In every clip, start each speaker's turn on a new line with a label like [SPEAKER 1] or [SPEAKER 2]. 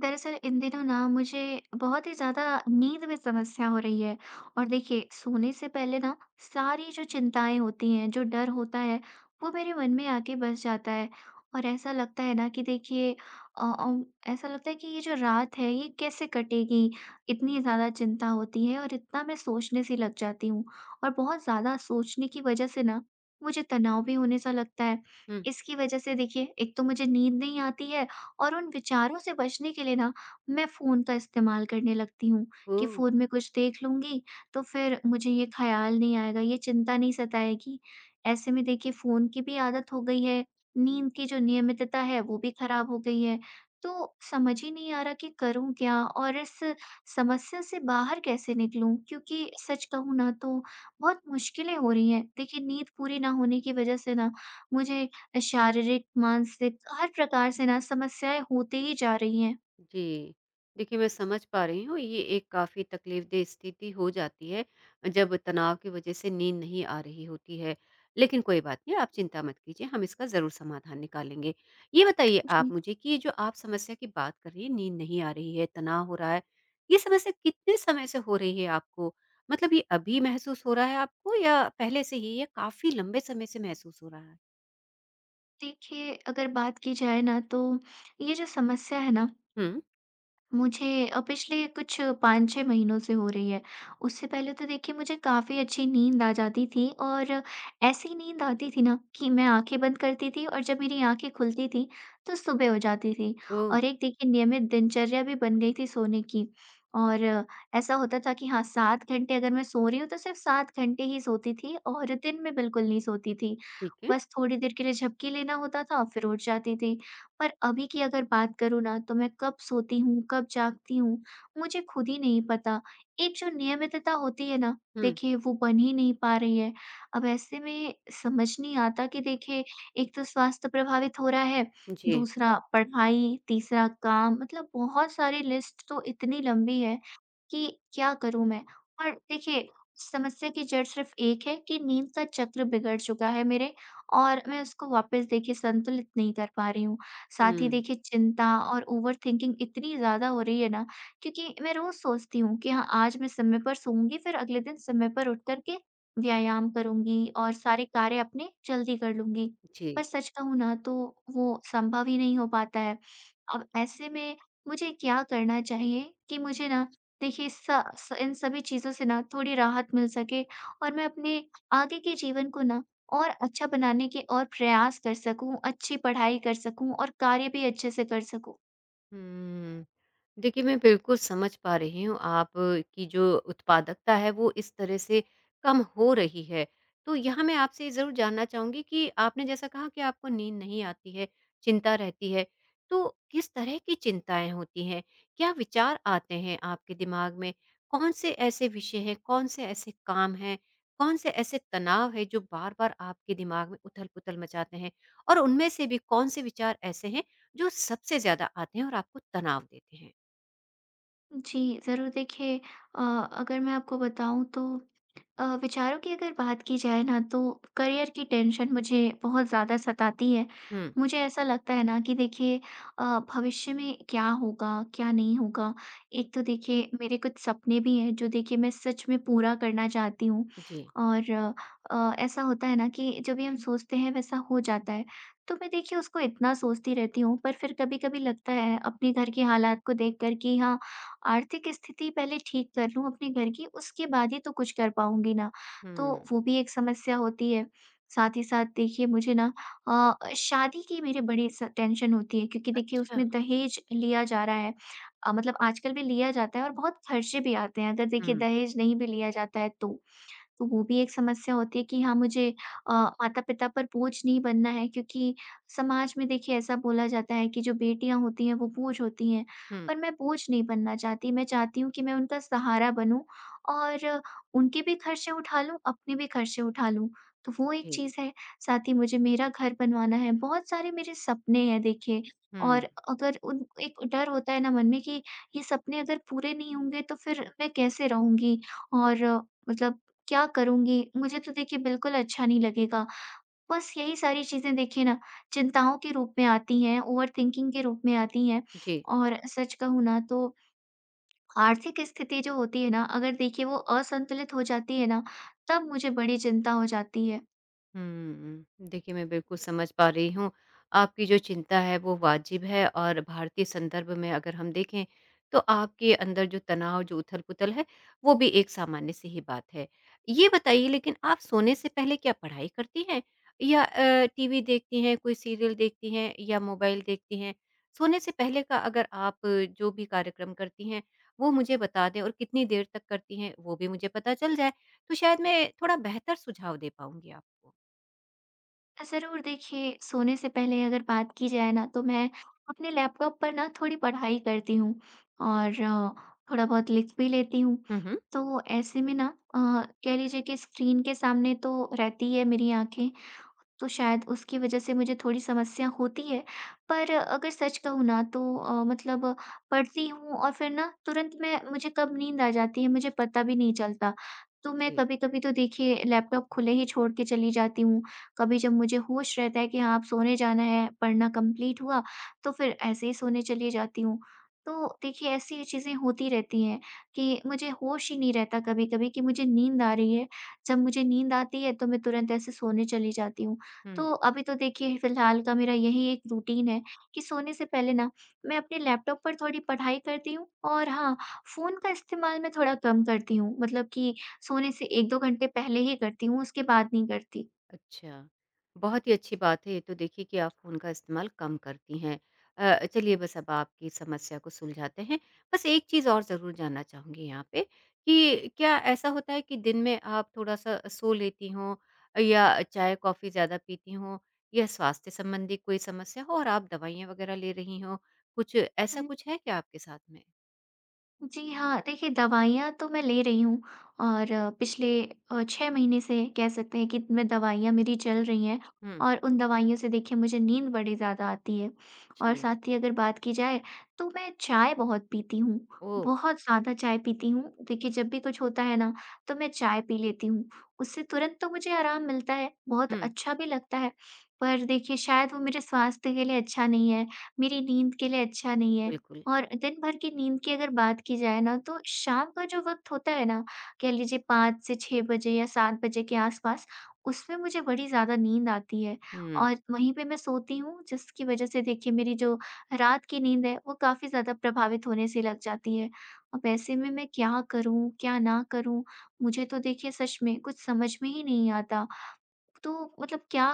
[SPEAKER 1] दरअसल इन दिनों ना मुझे बहुत ही ज़्यादा नींद में समस्या हो रही है। और देखिए, सोने से पहले ना सारी जो चिंताएं होती हैं, जो डर होता है, वो मेरे मन में आके बस जाता है। और ऐसा लगता है ना कि देखिए अ, अम, ऐसा लगता है कि ये जो रात है ये कैसे कटेगी। इतनी ज़्यादा चिंता होती है और इतना मैं सोचने सी लग जाती हूँ। और बहुत ज़्यादा सोचने की वजह से ना मुझे तनाव भी होने सा लगता है।
[SPEAKER 2] हुँ।
[SPEAKER 1] इसकी वजह से देखिए, एक तो मुझे नींद नहीं आती है, और उन विचारों से बचने के लिए ना मैं फ़ोन का इस्तेमाल करने लगती हूँ कि
[SPEAKER 2] ओह!
[SPEAKER 1] फ़ोन में कुछ देख लूँगी तो फिर मुझे ये ख़्याल नहीं आएगा, ये चिंता नहीं सताएगी। ऐसे में देखिए, फ़ोन की भी आदत हो गई है, नींद की जो नियमितता है वो भी ख़राब हो गई है। तो समझ ही नहीं आ रहा कि करूँ क्या और इस समस्या से बाहर कैसे निकलूँ? क्योंकि सच कहूँ ना तो बहुत मुश्किलें हो रही हैं। देखिए, नींद पूरी ना होने की वज़ह से ना मुझे शारीरिक, मानसिक हर प्रकार से ना समस्याएँ होती ही जा रही हैं।
[SPEAKER 2] जी। देखिए, मैं समझ पा रही हूँ, ये एक काफ़ी तकलीफ़देह स्थिति हो जाती है, जब तनाव की वज़ह से नींद नहीं आ रही होती है। लेकिन कोई बात नहीं, आप चिंता मत कीजिए, हम इसका ज़रूर समाधान निकालेंगे। ये बताइए आप
[SPEAKER 1] जी।
[SPEAKER 2] मुझे कि ये जो आप समस्या की बात कर रही हैं, नींद नहीं आ रही है, तनाव हो रहा है, ये समस्या कितने समय से हो रही है आपको? मतलब ये अभी महसूस हो रहा है आपको या पहले से ही या काफ़ी लंबे समय से महसूस हो रहा है?
[SPEAKER 1] देखिए, अगर बात की जाए ना तो ये जो समस्या है ना
[SPEAKER 2] हुँ।
[SPEAKER 1] मुझे पिछले कुछ 5-6 महीनों से हो रही है। उससे पहले तो देखिए, मुझे काफ़ी अच्छी नींद आ जाती थी और ऐसी नींद आती थी ना कि मैं आँखें बंद करती थी और जब मेरी आँखें खुलती थी तो सुबह हो जाती थी।
[SPEAKER 2] ओह!
[SPEAKER 1] और एक देखिए, नियमित दिनचर्या भी बन गई थी सोने की। और ऐसा होता था कि हाँ, 7 घंटे अगर मैं सो रही हूँ तो सिर्फ़ 7 घंटे ही सोती थी और दिन में बिल्कुल नहीं सोती थी।
[SPEAKER 2] ठीक है।
[SPEAKER 1] बस थोड़ी देर के लिए झपकी लेना होता था, फिर उठ जाती थी। पर अभी की अगर बात करूँ ना तो मैं कब सोती हूँ, कब जागती हूँ, मुझे खुद ही नहीं पता। एक जो नियमितता होती है ना,
[SPEAKER 2] हुँ।
[SPEAKER 1] देखिए वो बन ही नहीं पा रही है। अब ऐसे में समझ नहीं आता कि देखिए, एक तो स्वास्थ्य प्रभावित हो रहा है,
[SPEAKER 2] जी।
[SPEAKER 1] दूसरा पढ़ाई, तीसरा काम, मतलब बहुत सारी लिस्ट तो इतनी लंबी है कि क्या करूँ मैं? और देखिए, समस्या की जड़ सिर्फ़ एक है कि नींद का चक्र बिगड़ चुका है मेरे, और मैं उसको वापस देखिए संतुलित नहीं कर पा रही हूँ।
[SPEAKER 2] हुँ,
[SPEAKER 1] साथ ही देखिए, चिंता और ओवरथिंकिंग इतनी ज़्यादा हो रही है ना, क्योंकि मैं रोज़ सोचती हूँ कि हाँ आज मैं समय पर सोऊंगी, फिर अगले दिन समय पर उठ कर के व्यायाम करूंगी और सारे कार्य अपने जल्दी कर लूंगी। पर
[SPEAKER 2] जी।
[SPEAKER 1] सच कहूँ ना तो वो संभव ही नहीं हो पाता है। अब ऐसे में मुझे क्या करना चाहिए कि मुझे ना देखिए स, स इन सभी चीज़ों से ना थोड़ी राहत मिल सके और मैं अपने आगे के जीवन को ना और अच्छा बनाने के और प्रयास कर सकूँ, अच्छी पढ़ाई कर सकूँ और कार्य भी अच्छे से कर सकूँ।
[SPEAKER 2] हम्म, देखिए, मैं बिल्कुल समझ पा रही हूँ आप की जो उत्पादकता है वो इस तरह से कम हो रही है। तो यहाँ मैं आपसे ये ज़रूर जानना चाहूँगी कि आपने जैसा कहा कि आपको नींद नहीं आती है, चिंता रहती है। तो किस तरह की चिंताएँ होती हैं? क्या विचार आते हैं आपके दिमाग में? कौन से ऐसे विषय हैं, कौन से ऐसे काम हैं, कौन से ऐसे तनाव हैं जो बार-बार आपके दिमाग में उथल-पुथल मचाते हैं? और उनमें से भी कौन से विचार ऐसे हैं जो सबसे ज़्यादा आते हैं और आपको तनाव देते हैं?
[SPEAKER 1] जी, ज़रूर देखिए, अ, अगर मैं आपको बताऊँ तो विचारों की अगर बात की जाए ना तो करियर की टेंशन मुझे बहुत ज़्यादा सताती है।
[SPEAKER 2] हुँ,
[SPEAKER 1] मुझे ऐसा लगता है ना कि देखिए भविष्य में क्या होगा, क्या नहीं होगा। एक तो देखिए मेरे कुछ सपने भी हैं जो देखिए मैं सच में पूरा करना चाहती हूँ।
[SPEAKER 2] जी।
[SPEAKER 1] और ऐसा होता है ना कि जो भी हम सोचते हैं वैसा हो जाता है। तो मैं देखिए उसको इतना सोचती रहती हूँ, पर फिर कभी-कभी लगता है अपने घर के हालात को देखकर कि हाँ, आर्थिक स्थिति पहले ठीक कर लूँ अपने घर की, उसके बाद ही तो कुछ कर पाऊँगी ना। तो
[SPEAKER 2] हुँ।
[SPEAKER 1] वो भी एक समस्या होती है। साथ ही साथ देखिए मुझे ना शादी की मेरे बड़ी स टेंशन होती है क्योंकि देखिए
[SPEAKER 2] अच्छा।
[SPEAKER 1] उसमें दहेज लिया जा रहा है। मतलब आजकल भी लिया जाता है और बहुत खर्चे भी आते हैं, अगर देखिए
[SPEAKER 2] हुँ,
[SPEAKER 1] दहेज नहीं भी लिया जाता है तो। तो वो भी एक समस्या होती है कि हाँ, मुझे माता-पिता पर बोझ नहीं बनना है, क्योंकि समाज में देखिए ऐसा बोला जाता है कि जो बेटियाँ होती हैं वो बोझ होती हैं,
[SPEAKER 2] हुँ,
[SPEAKER 1] पर मैं बोझ नहीं बनना चाहती। मैं चाहती हूँ कि मैं उनका सहारा बनूँ और उनके भी खर्चे उठा लूँ, अपने भी खर्चे उठा लूँ। तो वो एक
[SPEAKER 2] जी।
[SPEAKER 1] चीज़ है। साथ ही मुझे मेरा घर बनवाना है, बहुत सारे मेरे सपने हैं देखिए।
[SPEAKER 2] हुँ,
[SPEAKER 1] और अगर उन एक डर होता है ना मन में कि ये सपने अगर पूरे नहीं होंगे तो फिर मैं कैसे रहूँगी? और मतलब क्या करूँगी? मुझे तो देखिए बिल्कुल अच्छा नहीं लगेगा। बस यही सारी चीज़ें देखिए ना चिंताओं के रूप में आती हैं, ओवरथिंकिंग के रूप में आती हैं।
[SPEAKER 2] जी।
[SPEAKER 1] और सच कहूँ ना तो आर्थिक स्थिति जो होती है ना, अगर देखिए वो असंतुलित हो जाती है ना, तब मुझे बड़ी चिंता हो जाती है।
[SPEAKER 2] हुँ। देखिए, मैं बिल्कुल समझ पा रही हूँ, आपकी जो चिंता है वो वाजिब है और भारतीय संदर्भ में अगर हम देखें, तो आपके अंदर जो तनाव, जो उथल-पुथल है, वो भी एक सामान्य-सी ही बात है। ये बताइए लेकिन आप सोने से पहले क्या पढ़ाई करती हैं? या टीवी देखती हैं, कोई सीरियल देखती हैं या मोबाइल देखती हैं? सोने से पहले का अगर आप जो भी कार्यक्रम करती हैं, वो मुझे बता दें और कितनी देर तक करती हैं, वो भी मुझे पता चल जाए, तो शायद मैं थोड़ा बेहतर सुझाव दे पाऊँगी आपको।
[SPEAKER 1] ज़रूर देखिए, सोने से पहले अगर बात की जाए ना तो मैं अपने लैपटॉप पर ना थोड़ी पढ़ाई करती हूँ और थोड़ा बहुत लिख भी लेती हूँ।
[SPEAKER 2] हुँ, हुँ।
[SPEAKER 1] तो ऐसे में ना अ, कह लीजिए कि स्क्रीन के सामने तो रहती है मेरी आँखें, तो शायद उसकी वजह से मुझे थोड़ी समस्या होती है। पर अगर सच कहूँ ना तो मतलब पढ़ती हूँ और फिर ना तुरंत मैं मुझे कब नींद आ जाती है मुझे पता भी नहीं चलता। तो मैं
[SPEAKER 2] जी।
[SPEAKER 1] कभी-कभी तो देखिए लैपटॉप खुले ही छोड़ के चली जाती हूँ। कभी जब मुझे होश रहता है कि हाँ, अब सोने जाना है, पढ़ना कंप्लीट हुआ, तो फिर ऐसे ही सोने चली जाती हूँ। तो देखिए ऐसी चीज़ें होती रहती हैं कि मुझे होश ही नहीं रहता कभी-कभी कि मुझे नींद आ रही है। जब मुझे नींद आती है तो मैं तुरंत ऐसे सोने चली जाती हूँ।
[SPEAKER 2] हुँ,
[SPEAKER 1] तो अभी तो देखिए फिलहाल का मेरा यही एक रूटीन है कि सोने से पहले ना मैं अपने लैपटॉप पर थोड़ी पढ़ाई करती हूँ और हाँ, फ़ोन का इस्तेमाल मैं थोड़ा कम करती हूँ। मतलब कि सोने से 1-2 घंटे पहले ही करती हूँ, उसके बाद नहीं करती।
[SPEAKER 2] अच्छा। बहुत ही अच्छी बात है ये तो देखिए कि आप फ़ोन का इस्तेमाल कम करती हैं। चलिए बस अब आपकी समस्या को सुलझाते हैं। बस एक चीज़ और ज़रूर जानना चाहूँगी यहाँ पे कि क्या ऐसा होता है कि दिन में आप थोड़ा-सा सो लेती हों या चाय-कॉफ़ी ज़्यादा पीती हों या स्वास्थ्य संबंधी कोई समस्या हो और आप दवाइयाँ वग़ैरह ले रही हों? कुछ ऐसा कुछ है क्या आपके साथ में?
[SPEAKER 1] जी हाँ, देखिए दवाइयाँ तो मैं ले रही हूँ, और पिछले 6 महीने से कह सकते हैं कि मैं दवाइयाँ मेरी चल रही हैं,
[SPEAKER 2] हुँ।
[SPEAKER 1] और उन दवाइयों से देखिए मुझे नींद बड़ी ज़्यादा आती है। और
[SPEAKER 2] जी।
[SPEAKER 1] साथ ही अगर बात की जाए तो मैं चाय बहुत पीती हूँ,
[SPEAKER 2] ओह!
[SPEAKER 1] बहुत ज़्यादा चाय पीती हूँ। देखिए जब भी कुछ होता है ना तो मैं चाय पी लेती हूँ, उससे तुरंत तो मुझे आराम मिलता है, बहुत
[SPEAKER 2] हुँ,
[SPEAKER 1] अच्छा भी लगता है। पर देखिए शायद वो मेरे स्वास्थ्य के लिए अच्छा नहीं है, मेरी नींद के लिए अच्छा नहीं है।
[SPEAKER 2] बिल्कुल।
[SPEAKER 1] और दिन भर की नींद की अगर बात की जाए ना, तो शाम का जो वक़्त होता है ना, कह लीजिए 5 से 6 बजे या 7 बजे के आस-पास, उसमें मुझे बड़ी ज़्यादा नींद आती है,
[SPEAKER 2] हुँ,
[SPEAKER 1] और वहीं पे मैं सोती हूँ, जिसकी वजह से देखिए मेरी जो रात की नींद है, वो काफ़ी ज़्यादा प्रभावित होने से लग जाती है। अब ऐसे में मैं क्या करूँ, क्या ना करूँ? मुझे तो देखिए सच में कुछ समझ में ही नहीं आता। तो मतलब क्या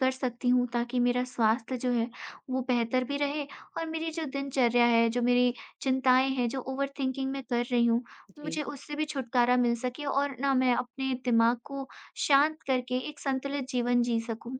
[SPEAKER 1] कर सकती हूँ ताकि मेरा स्वास्थ्य जो है वो बेहतर भी रहे, और मेरी जो दिनचर्या है, जो मेरी चिंताएँ हैं, जो ओवरथिंकिंग मैं कर रही हूँ,
[SPEAKER 2] जी।
[SPEAKER 1] मुझे उससे भी छुटकारा मिल सके और ना मैं अपने दिमाग को शांत करके एक संतुलित जीवन जी सकूँ।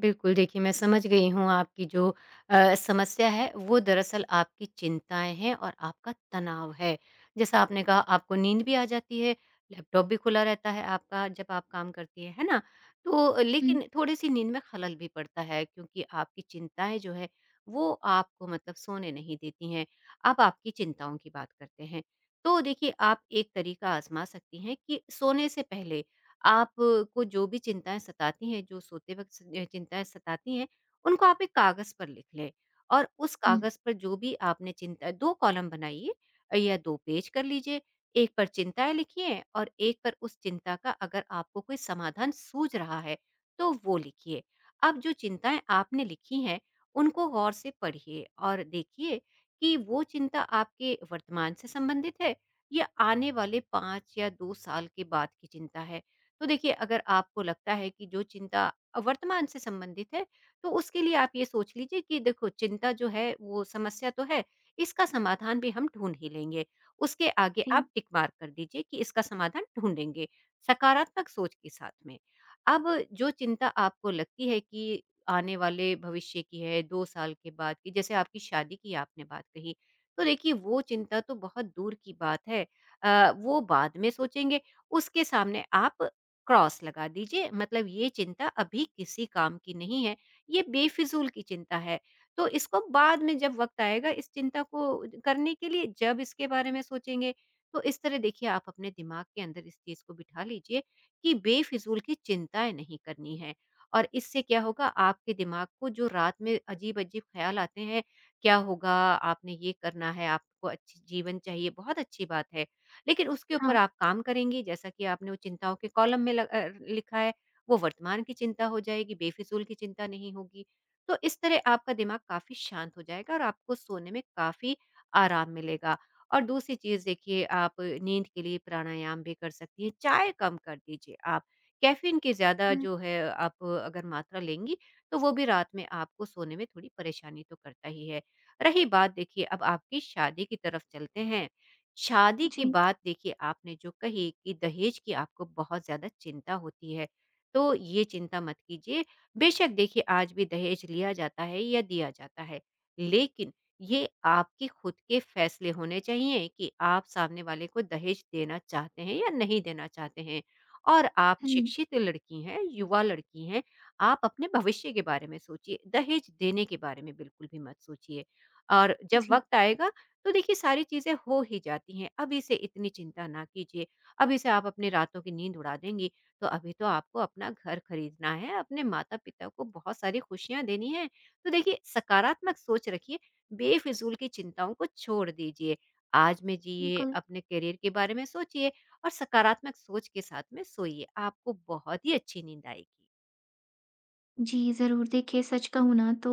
[SPEAKER 2] बिल्कुल, देखिए मैं समझ गई हूँ आपकी जो समस्या है वो दरअसल आपकी चिंताएँ हैं और आपका तनाव है। जैसा आपने कहा आपको नींद भी आ जाती है, लैपटॉप भी खुला रहता है आपका जब आप काम करती हैं, है ना? तो
[SPEAKER 1] हुँ,
[SPEAKER 2] लेकिन थोड़ी-सी नींद में खलल भी पड़ता है क्योंकि आपकी चिंताएँ जो है वो आपको मतलब सोने नहीं देती हैं। अब आपकी चिंताओं की बात करते हैं। तो देखिए आप एक तरीका आज़मा सकती हैं कि सोने से पहले आप को जो भी चिंताएँ सताती हैं, जो सोते वक़्त चिंताएँ सताती हैं, उनको आप एक कागज़ पर लिख लें और उस
[SPEAKER 1] हुँ।
[SPEAKER 2] कागज़ पर जो भी आपने चिंता 2 कॉलम बनाइए या 2 पेज कर लीजिए। एक पर चिंताएँ लिखिए और एक पर उस चिंता का अगर आपको कोई समाधान सूझ रहा है, तो वो लिखिए। अब जो चिंताएँ आपने लिखी हैं, उनको गौर से पढ़िए और देखिए कि वो चिंता आपके वर्तमान से संबंधित है या आने वाले 5 या 2 साल के बाद की चिंता है। तो देखिए अगर आपको लगता है कि जो चिंता वर्तमान से संबंधित है, तो उसके लिए आप ये सोच लीजिए कि देखो चिंता जो है वो समस्या तो है, इसका समाधान भी हम ढूंढ ही लेंगे। उसके आगे
[SPEAKER 1] जी,
[SPEAKER 2] आप टिक मार्क कर दीजिए कि इसका समाधान ढूंढेंगे सकारात्मक सोच के साथ में। अब जो चिंता आपको लगती है कि आने वाले भविष्य की है, 2 साल के बाद की, जैसे आपकी शादी की आपने बात कही, तो देखिए वो चिंता तो बहुत दूर की बात है। वो बाद में सोचेंगे। उसके सामने आप क्रॉस लगा दीजिए, मतलब ये चिंता अभी किसी काम की नहीं है, ये बेफ़िज़ूल की चिंता है। तो इसको बाद में जब वक़्त आएगा इस चिंता को करने के लिए जब इसके बारे में सोचेंगे, तो इस तरह देखिए आप अपने दिमाग के अंदर इस चीज़ को बिठा लीजिए कि बेफ़िज़ूल की चिंताएँ नहीं करनी है। और इससे क्या होगा आपके दिमाग को जो रात में अजीब-अजीब ख़्याल आते हैं, क्या होगा, आपने ये करना है, आपको अच्छी जीवन चाहिए, बहुत अच्छी बात है। लेकिन उसके ऊपर
[SPEAKER 1] हाँ,
[SPEAKER 2] आप काम करेंगी, जैसा कि आपने वो चिंताओं के कॉलम में लिखा है, वो वर्तमान की चिंता हो जाएगी, बेफिज़ूल की चिंता नहीं होगी। तो इस तरह आपका दिमाग काफ़ी शांत हो जाएगा और आपको सोने में काफ़ी आराम मिलेगा। और दूसरी चीज़ देखिए आप नींद के लिए प्राणायाम भी कर सकती हैं, चाय कम कर दीजिए आप। कैफ़ीन की ज़्यादा
[SPEAKER 1] हुँ,
[SPEAKER 2] जो है आप अगर मात्रा लेंगी, तो वो भी रात में आपको सोने में थोड़ी परेशानी तो करता ही है। रही बात देखिए अब आपकी शादी की तरफ चलते हैं। शादी के
[SPEAKER 1] जी,
[SPEAKER 2] बाद देखिए आपने जो कही कि दहेज की आपको बहुत ज़्यादा चिंता होती है, तो ये चिंता मत कीजिए। बेशक देखिए आज भी दहेज लिया जाता है या दिया जाता है, लेकिन ये आपके खुद के फैसले होने चाहिए कि आप सामने वाले को दहेज देना चाहते हैं या नहीं देना चाहते हैं। और आप
[SPEAKER 1] हुँ,
[SPEAKER 2] शिक्षित लड़की हैं, युवा लड़की हैं, आप अपने भविष्य के बारे में सोचिए, दहेज देने के बारे में बिल्कुल भी मत सोचिए। और जब
[SPEAKER 1] जी,
[SPEAKER 2] वक़्त आएगा तो देखिए सारी चीज़ें हो ही जाती हैं, अभी से इतनी चिंता ना कीजिए। अभी से आप अपनी रातों की नींद उड़ा देंगी, तो अभी तो आपको अपना घर खरीदना है, अपने माता-पिता को बहुत सारी खुशियाँ देनी हैं। तो देखिए सकारात्मक सोच रखिए, बेफ़िज़ूल की चिंताओं को छोड़ दीजिए। आज में जिए,
[SPEAKER 1] बिल्कुल।
[SPEAKER 2] अपने करियर के बारे में सोचिए और सकारात्मक सोच के साथ में सोइए, आपको बहुत ही अच्छी नींद आएगी।
[SPEAKER 1] जी, ज़रूर। देखिए, सच कहूँ ना तो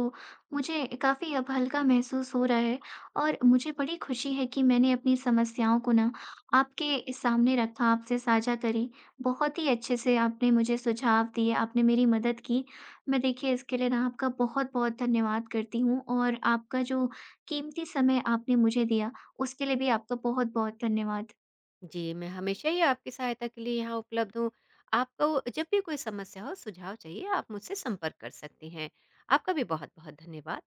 [SPEAKER 1] मुझे काफ़ी अब हल्का महसूस हो रहा है, और मुझे बड़ी खुशी है कि मैंने अपनी समस्याओं को ना आपके सामने रखा, आपसे साझा करी। बहुत ही अच्छे से आपने मुझे सुझाव दिए, आपने मेरी मदद की। मैं देखिए इसके लिए ना आपका बहुत-बहुत धन्यवाद करती हूँ, और आपका जो कीमती समय आपने मुझे दिया, उसके लिए भी आपका बहुत-बहुत धन्यवाद।
[SPEAKER 2] जी, मैं हमेशा ही आपकी सहायता के लिए यहाँ उपलब्ध हूँ। आपको जब भी कोई समस्या हो, सुझाव चाहिए, आप मुझसे संपर्क कर सकती हैं। आपका भी बहुत-बहुत धन्यवाद।